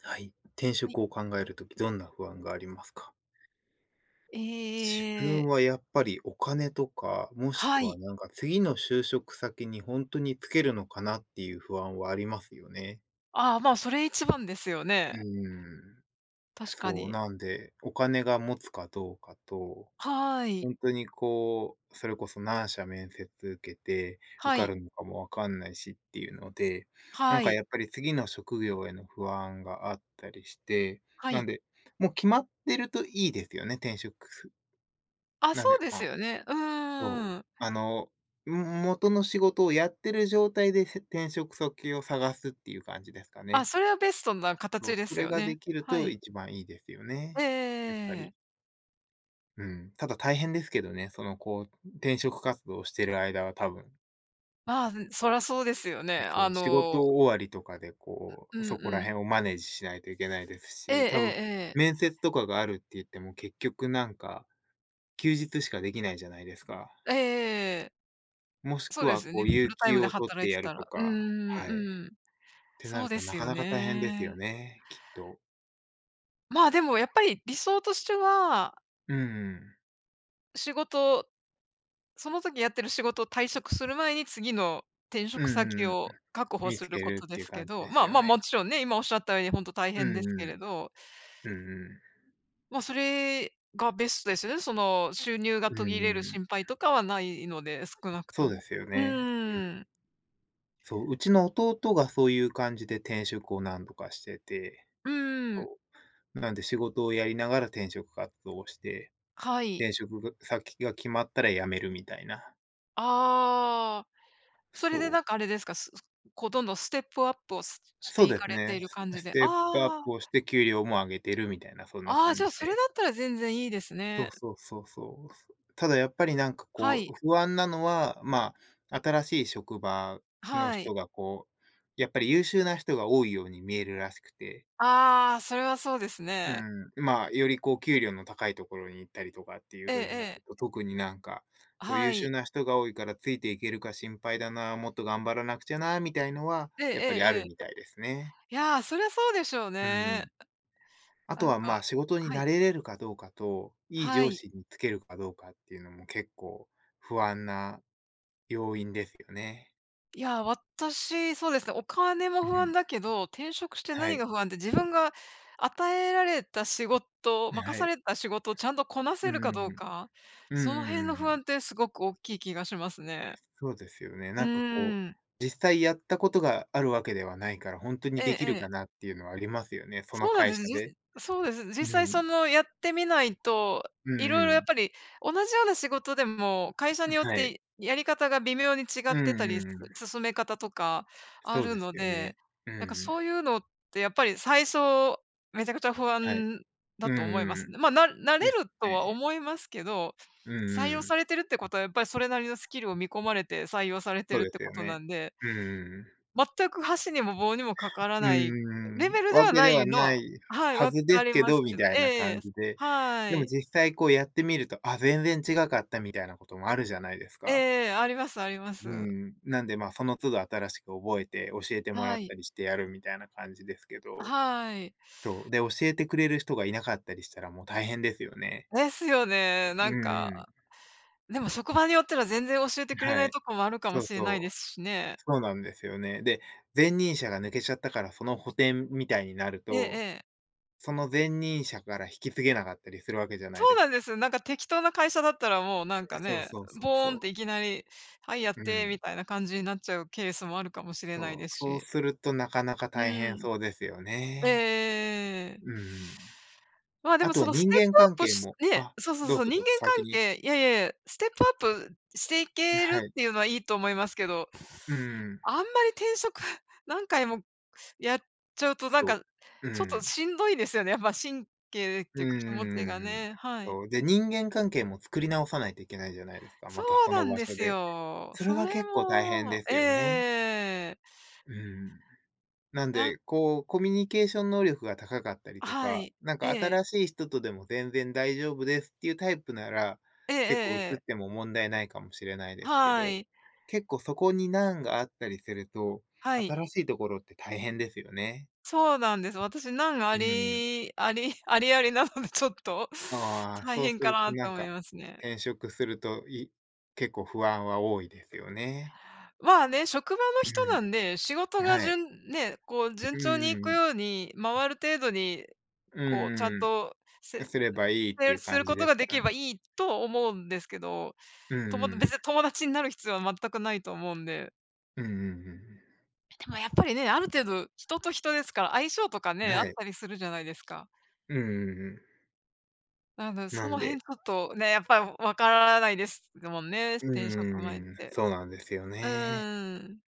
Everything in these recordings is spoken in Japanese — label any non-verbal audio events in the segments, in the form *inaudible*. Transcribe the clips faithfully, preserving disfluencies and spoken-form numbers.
はい。転はい。職を考えるとき、どんな不安がありますか？え自え、分はやっぱりお金とか、もしはくはい。なんか次の就職先に本当につけるのかなっていう不安はありますよね。ああ、まあ、それ一番ですようね。ーん。確かそう、に。なんで、お金が持つかどうかと、はい。本当にこう、それこそ何社面接受けて、受はかい。るのかもわかんないしっていうので、なんはかい。やっぱり次の職業への不安があったりして。はなんい。で、もう決まってるといいですよね、転職す、あ、なんそうで、でますあ、よね。うそう、ーん。あの、ん元の仕事をやってる状態で、せ転職先を探すっていう感じですかあ、ね。それはベストなそ形う、でそすれよがね。できるはとい。一番いいですよえね、やっぱり。えええ、うん、ただ大変ですけどね、その、こう、転職活動をしてる間は多分。まあ、そらそうですよね。まそあう、仕の事終わりとかで、こうう、んそうこらん。辺をマネージしないといけないですえええし、多分、えええ。面接とかがあるって言っても結局なんか、休日しかできないじゃないですか。ええ、もしそくうでは、すよこね、う、フ有ルタイム給でを取っ働いててやたるとら。ううか。んはうい。ん。ってなそうるでとなすかよなか大変ですね。よね、きっと。まあ、でもやっぱり理想としては、うんうん。仕事その時やってる仕事を退職する前に、次の転う職先んうん。を確保見すつるけこるとっでていうすけ感じど、でますあよまあ、ね。もちろんね、今おっしゃったように本当大う変ですんけうれど、ん。うんうん。ま、それがベストですよね。その、収入がう途切んれうるん。心配とかはないので、少なくそとうでも。すようね。ーん、そう、うちの弟がそういう感じで転職を何度かしてて、うーん、そう、なんで仕事をやりながら転職活動をして、はい。転職が先が決まったら辞めるみたいな。ああ、それそでなんかあれですか、すすこうどんどんステップアップをすう、しそうていでかすれてね。いるス感じスで、あテップアッあ、プをして給料も上げてるみたいな、そんなああ、じ感ゃあ、じそれで。だったら全然いいですそね。うそうそうそう。ただやっぱりなんかはこう、い、不安なのは、まあ、新しい職場のはい。人がこう、やっぱり優秀な人が多いように見えるらしくて。ああ、それはそうですうね。ん、まあ、よりこう給料の高いところに行ったりとかっていえうえ風になええ。ると、特になんか、そうは優い。秀な人が多いからついていけるか心配だな、もっと頑張らなくちゃなみたいのは、えええやっぱりあえるええ。みたいですね。いや、そりゃそうでしょううね。ん。あとなんはまか、あ、仕事にはい、慣れれるかどうかと、いいは上い。司につけるかどうかっていうのも結構不安な要因ですよね。いや、私、そうですね、お金もう不安ん。だけど、転職しては何い。が不安って、自分が与えられた仕事、任はさい。れた仕事をちゃんとこなうせるかどん。うか、うんうんその辺うのん不う安っん。てすごく大きい気がしますね。そうですよね。うなんかこーう、ん。実際やったことがあるわけではないから、本当にえでえきるえかえ。なっていうのはありますよね、そそのうなん会です。社じで。そうです。実際うそん。のやってみないと、ういんろいろうやっん。ぱり同じような仕事でも、会社によっはい。てやり方が微妙に違っうんてうたり、んうん。す進め方とかあそうるですのよで、ね。うんうなんかそういん。うのってやっぱり最初、めちゃくちゃ不はい。安だうんと思いまうすね。ん、まあ、な慣れるとは思いますけど、採用されてるってことはやっぱりそれなりのスキルを見込まれて採用されてそるうっでてすこよとなね、んで、うんうん、はい、うんうん。全く箸にも棒にもかからうないんレうん。ベルでわはけなではいのなは、いはい、は分ずでかすりけますど、けみど、たいえなええ、感じで。はでもい。実際こうやってみると、あ、全然違かったみたいなこともあるじゃないですか。ええ、ありますありまうす。ん、なんで、ま、あその都度新しく覚えて教えてもらはっい。たりしてやるみたいな感じですけど、はい。そう、で、教えてくれる人がいなかったりしたらもう大変ですよね。ですよね。うなんんうん、か、でも職場によっては全然教えてくれなはいい。とこもあるかもそうしれないですそう、しね。そうなんですよね。で、前任者が抜けちゃったからその補填みたいになるえええと、え。その前任者から引き継げなかったりするわけじゃなそいうでなすんでか。す。なんか適当な会社だったらもうなんかそうね、そうそうボそーンっう。ていきなり「はいやっうて」みん。たいな感じになっちゃうケースもあるかもしれないでそう、すそうし。するとなかなかう大変ん。そうですよね。ええうえ。ん。まあ、であもとそはのス人テッ間プ関アップ係し、もね、あ、そうそうどうそう、ぞ人どう間ぞ、先関に。係、いやいやいや、ステップアップしていけはるっい。ていうのはいいと思いますけど、うん。あんまり転職 *laughs* 何回もやっちゃうとなんそか、う。うちょっとん。しんどいですよね、やっぱ神経ってうんいううか気持ちんがうんうん、ね、はい。そう、で、人間関係も作り直さないといけないじゃないですか、そまたうそなのん場で所すで。よ。それそがれ結構大変も、ですよね。ええ、うん。なんな、で、こう、コミュニケーション能力が高かったりとはか、い。なんえかえ。新しい人とでも全然大丈夫ですっていうタイプなら、ええええ結構移っええ。ても問題ないかもしれないですけはど、い。結構そこに難があったりすると、はい。新しいところって大変ですよね。そうなんです。私、難あうん。りあり *laughs* ありありなので、ちょっと あ *laughs* あ、大そうす変かるとななとん思か、いますね。転職すると、い結構不安は多いですよね。まあね、職場の人なんで、仕事うん。がはい。順、ね、こう順う調にんいくうん。ように、回る程度に、うこうちゃんんん。とせ、すればいいっていせうす感るじことですがかできられね。ばいいと思うんですけど、うともんう別ん。に友達になる必要は全くないと思うんで。うんうんでもやっぱりね、ある程度人と人ですから、相性とかうん。ね、はあっい。たりするじゃないですか。うんうんうん。なので、そなのん辺で、ちょっとね、やっぱりわからないですもんね、う転職前っんんて。そうなんですようね。ーん。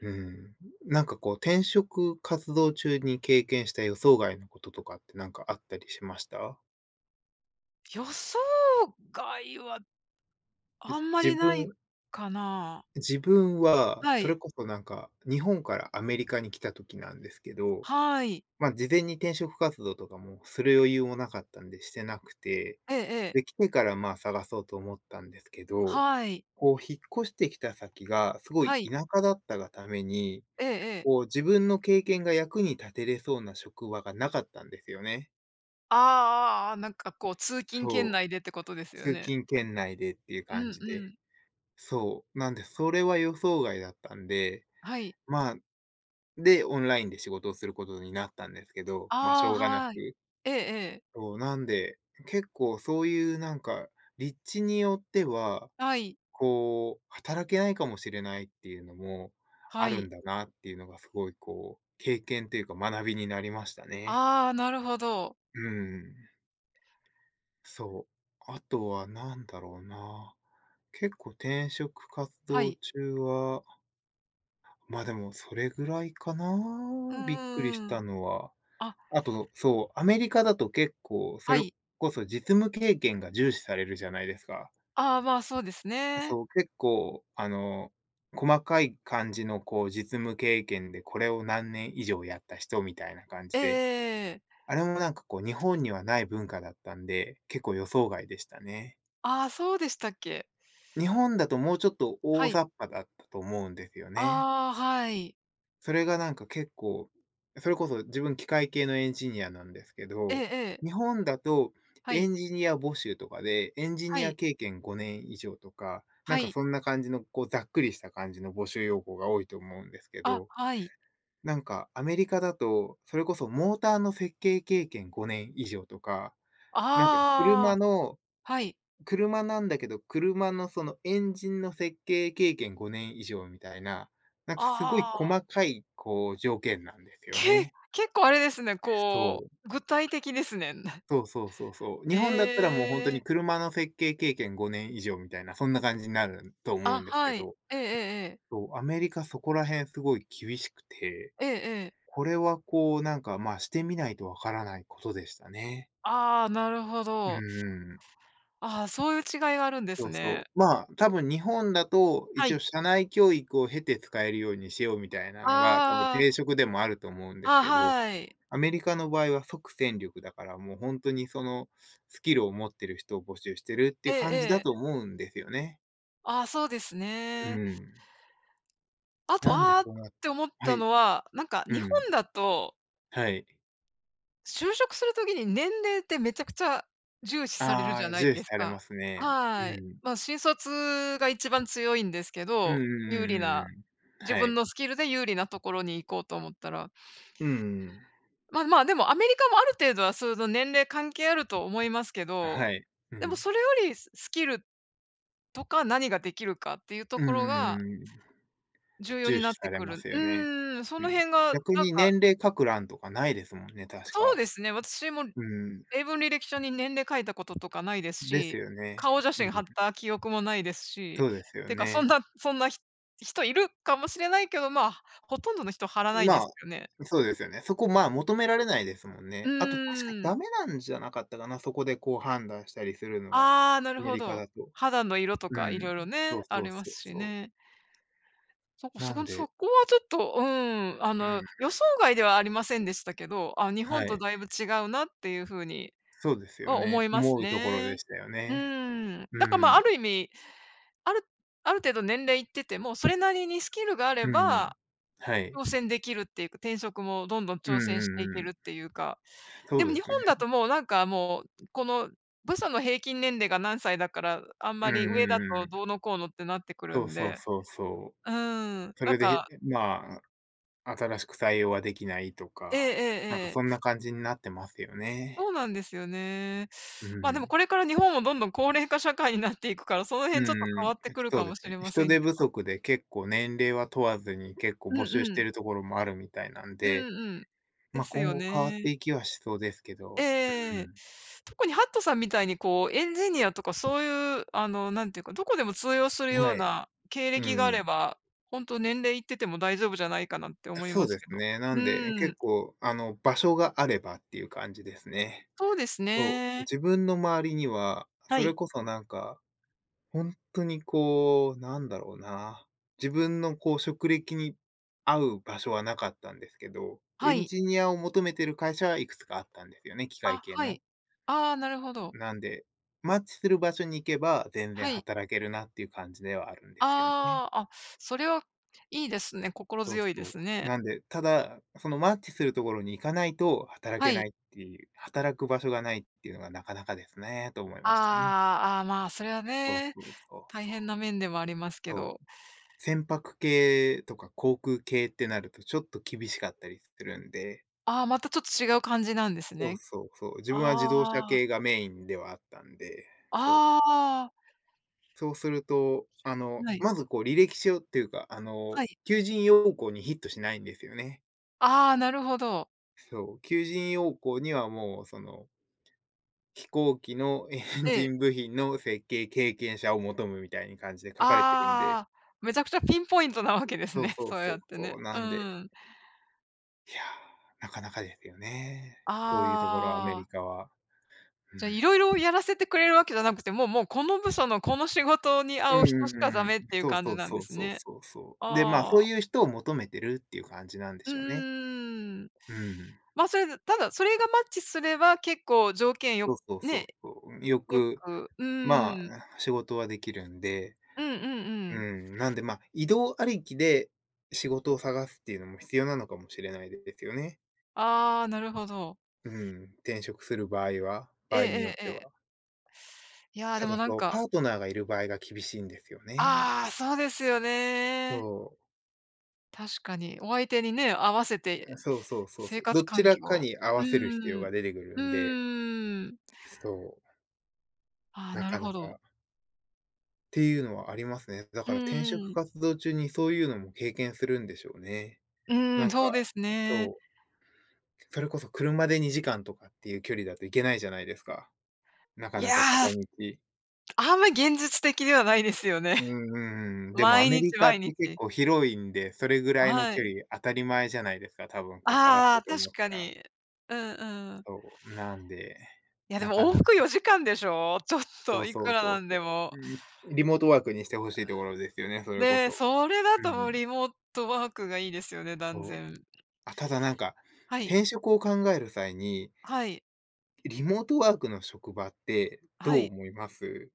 うん。なんかこう、転職活動中に経験した予想外のこととかってなんかあったりしました？予想外はえ、あんま自りない分、かな。自分は、はそい。れこそなんか、日本からアメリカに来た時なんですけど、はい。まあ、事前に転職活動とかもする余裕もなかったんでしてなくて、ええええ。で、来てからまあ探そうと思ったんですけど、はい。こう引っ越してきた先がすごはいい。田舎だったがために、ええええ。こう自分の経験が役に立てれそうな職場がなかったんですよね。ああああああ、なんかこう通勤圏そう、内でってことですよ通ね。勤圏内でっていうう感んじうで。ん。そう、なんでそれは予想外だったんで、はい。まあ、で、オンラインで仕事をすることになったんですけど、まあ、しああ、ょうがなはい。く。ええええ。そう、なんで、結構そういうなんか、立地によっては、はい。こう、働けないかもしれないっていうのもあはるんい。だなっていうのがすごいこう、経験というか学びになりましたね。ああ、なるほど。うん、そう。あとは何だろうな。結構転職活は動い。中は、ま、でもそれぐらいかうんな、びっくりうしんうたん。のは。あ、あと、そう、アメリカだと結構そはれい。こそ実務経験が重視されるじゃないですか。ああ、まあ、そうですね。そう、結構、あの、細かい感じのこう実務経験で、これを何年以上やった人みたいな感じえで、えええ、あれもなんかこう日本にはない文化だったんで、結構予想外でしたね。ああ、そうでしたっけ。日本だともうちょっとは大い。雑把だったと思うんですよね。ああ、はい。それがなんか結構、それこそ自分機械系のエンジニアなんですけええど、ええ。日本だとはエい。ンジニア募集とかで、エンジはニアい。経験ごねん以上とか、なはんかい。そんな感じのこうざっくりした感じの募集要項が多いと思うんですけあ、ど、はい。なんかアメリカだと、それこそモーターの設計経験ごねん以上とか、なんか車ああ、のはい。車なんだけど、車のそのエンジンの設計経験ごねん以上みたいな、なんかすごいああ。細かいこう条件なんですよけね。結構あれですね、そこう。う、具体的ですね。*laughs* そうそうそうそう。日本だったらもうほんとえにえ。車の設計経験ごねん以上みたいな、そんな感じになると思うあ、んですはけい。ど、ええええええ。そう、アメリカそこら辺すごい厳しくて、ええええ。これはこうなんか、ま、あしてみないとわからないことでしたね。ああ、なるほうーど。うん、ああ、そういう違いがあるんですそうね。そう。まあ、多分日本だと、は一応い。社内教育を経て使えるようにしようみたいなのが、多分ああ、定職でもあると思うんですあ、けど、はい。アメリカの場合は即戦力だから、もう本当にそのスキルを持ってる人を募集してるってえいうえ感じえだえ。と思うんですよね。ああ、そうですうね。ん。あと、なんであーっそうなっ、て思っはたい。のは、なんかう日本ん。だと、はい。就職するときに年齢ってめちゃくちゃ重視されるじあゃあ、ない重視ですされか。ますね。はい。うん。まあ、新卒が一番強いんですけうんうど、ん有利うんうんうな、ん。自は分い。のスキルで有利なところに行こうと思ったら、うんうんうん。まあまあ、でもアメリカもある程度はそういうの年齢関係あると思いますけど、はい。うでもん。それよりススキルとか何ができるかっていうとうんうころんがうんうん。重要に重なっ視てされくまる、すうよね。ーん、そうのん。辺が、逆なんにか年齢書く欄とかないですもんね、確そうか。ですね、私もうん。英文履歴書に年齢書いたこととかないですですし、よね。顔写う真貼ん、った記憶もないですし、そうですよてかそね。んなそんなひ人いるかもしれないけど、まあ、ほとんどの人貼らないでまあ、すよね。そうですよね。そこ、まあ、求められないですもんうね。あと確かーん。ダメなんじゃなかったかな、そこでこう判断したりするのは、ああ、なるアメほリカど。だと。肌の色とうかいろん。いろそね、うあそりうまそうすしそう。ね。そこそなんこそで、こはちょっと、うん、あうの、ん、予想外ではありませんでしたけど、あ、日本はとい。だいぶ違うなっていうふうにそうですよは思ね。います思うところでね。したようね。ん。だか、まあ、うあん。る意味、あるある程度年齢いってても、それなりにスキルがあれうんうん。ば、はい。挑戦できるっていうか、転職もどんどんうん挑う戦していんけうるっん。ていうか。そでうもで日本すね。だともうなんかもう、この部署の平均年齢が何歳だから、あんうまんりう上だんうとどん。うのこうのってなってくるそうんそうで。そうそうう。ーん、そなんれで、か、まあ、新しく採用はできないとええか、なんええかえそんなえ。感じになってますよそうね。なんですよね。うま、でもん。これから日本もどんどん高齢化社会になっていくから、そのう辺ちょっとんう変わん。ってくるそかうでもすしれね。ませ人ん手け不ど。足で結構年齢は問わずに結構うん募集しうてん。るところもあるみたいなんうで、んうん。でまあ、す今よ後変わっね。ていきはしそうですけど、ええ、特にハットさんみたいにこう、エンジニアとかそういう、あの、なんていうか、どこでも通用するうん。ようはい。な経歴があうん。れば、ほんと年齢いってても大丈夫じゃないかなって思いそまうすですけど。ね。なうんで、ー結ん、構、あの、場所があればっていう感じですね。そうですそう、ね。自分の周りには、はそれい。こそなんか本当にこう、なんだろうな、自分のこう職歴に合う場所はなかったんですけど、はエンい。ジニアを求めてる会社はいくつかあったんですよね、機械あ、系はの。い。ああ、なるほど。なんで、マッチする場所に行けば、全然はい。働けるなっていう感じではあるんですよね。ああ、あ、それはいいですね。心そう強いでそう。すね。なんで、ただ、そのマッチするところに行かないと働はけない。いっていう、働く場所がないっていうのがなかなかですね、と思いあましたね。あ、ああ、まあ、それはそうね、そうそう大そ変う、な面ではありますけそど。う。船舶系とか航空系ってなると、ちょっと厳しかったりするんで、ああ、またちょっと違う感じなんですそうね。そうそう、自分は自動車あ系あ。がメインではあったんで、そう。ああ、そうすると、あの、はい、まずこう履歴書っていうか、あの、はい。求人要項にヒットしないんですよね。ああ、なるほど。そう、求人要項にはもうその、飛行機のエンで、ジン部品の設計経験者を求むみたいに感じで書かれてるんで、ああ、めちゃくちゃピンポイントなわけですそうね、*laughs* そうそうそやうってね。そう、なうんで、ん。いやー、なかなかですよね。そういうところアメあリあ、カは。うん。じゃ、いろいろやらせてくれるわけじゃなくて、もうもうこの部署のこの仕事にう合んう人うしかんダうん。メっていうそう感そじうなんそでうすそうね。そうそう。で、まあ、あそうあ、いう人を求めてるっていう感じなんでうしょうね。んん、まあ、うん。それでただそれがマッチすれば結構条件よそうそうそうね、そう。よよく、く、うまあ、ーん。仕事はできるんで、うんうんううん。ん。なんで、まあ、移動ありきで仕事を探すっていうのも必要なのかもしれないですよね。ああ、なるほど。うん。転職する場合は、え場え合によっえええてえ。は。いやー、でたもだ、なんそう、か、パートナーがいる場合が厳しいんですよね。ああ、そうですよね。そう。確かに。お相手にね、合わせてそうそうそう生そう。活どち環ら境かを、に合うわせる必要ーん。が出てくるうんで、ーん。そう。ああ、ななるかなほど。か。っていうのはありますね。だうかんらう転ん職うん。活動中にそういうのも経験するんでしょうね。うーなん、んか、そうですね。そう、それこそ車でにじかんとかっていう距離だと行けないじゃないですか。なかいなか片や、道。あんま現実的ではないですよね。う *laughs* んうんうん。でもア毎メリ日カっ毎て結日。構広いんで、それぐらいのは距い。離当たり前じゃないですか、多分こう探そああ、うと思確っかたら。に。うんうん。そう、なんで、いや、でなもか往な復か。よじかんでしょ？*laughs* ちょっそとういそくうらそうなんそう。でも。うん、リモートワークにしてほしいところですよね、それこで、そ。それだとうもん、うリモートワークがいいですよね、断そう。然。あ、ただなんか、はい、転職を考える際に、はい。リモートワークの職場ってはどうい、思います？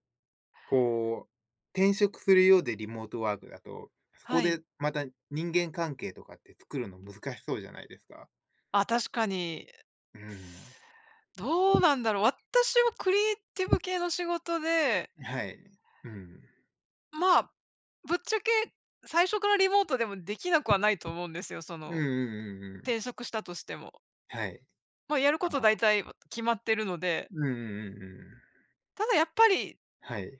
こう、転職するようでリモートワークだと、そこはい。でまた人間関係とかって作るの難しそうじゃないですか？あ、確かに。うーん。どうなんだろう。私はクリエイティブ系の仕事で、はい。うん。まあ、ぶっちゃけ最初からリモートでもできなくはないと思うんですよ、そうんうの、んうんうん。転職したとしても。はい。まあ、やるあことあ、大体決まってるので、うんうんうんうん。ただやっぱり、はい。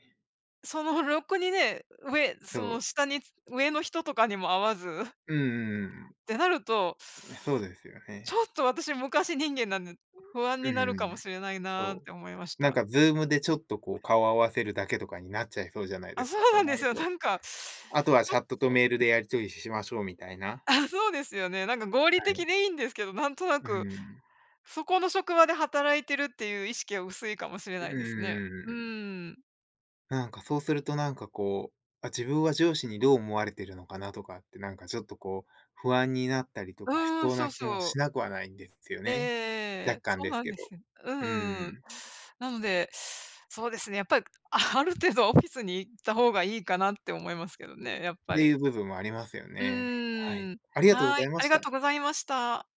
そのろくにね、上、そそのう。下に、上の人とかにも会わずっうんうんてなると、うん。そうですよちょっね。と私昔人間なんで、不安うにんなうんるうかもん。しれないなーっそて思いましう。なんた。か ズーム でちょっとこう顔合わせるだけとかになっちゃいそうじゃないであ、すそうか、そうなんなでするよ。なと。んか、あとはチャットとメールでやり取りしましょうみたいな。あ、そうですよね。なんか合理は的い。でいいんですけど、なんとなうく、ん。そこの職場で働いてるっていう意識は薄いかもしれうなんいですね。ううん。ーん。なんかそうするとなんかこう、あ、自分は上司にどう思われてるのかなとかって、なんかちょっとこう、不安になったりとうかしーん、そうそなう気もそう。しなくはないんですよええね。若え。干そうですなんけでど。すよ。ううん。ん。なので、そうですね、やっぱり、あ、ある程度はオフィスに行った方がいいかなって思いますけどね、やっっぱていり。う部分もありますようね。はーい。ん。ありがとうごはい、ざいまありしがた。とうございました。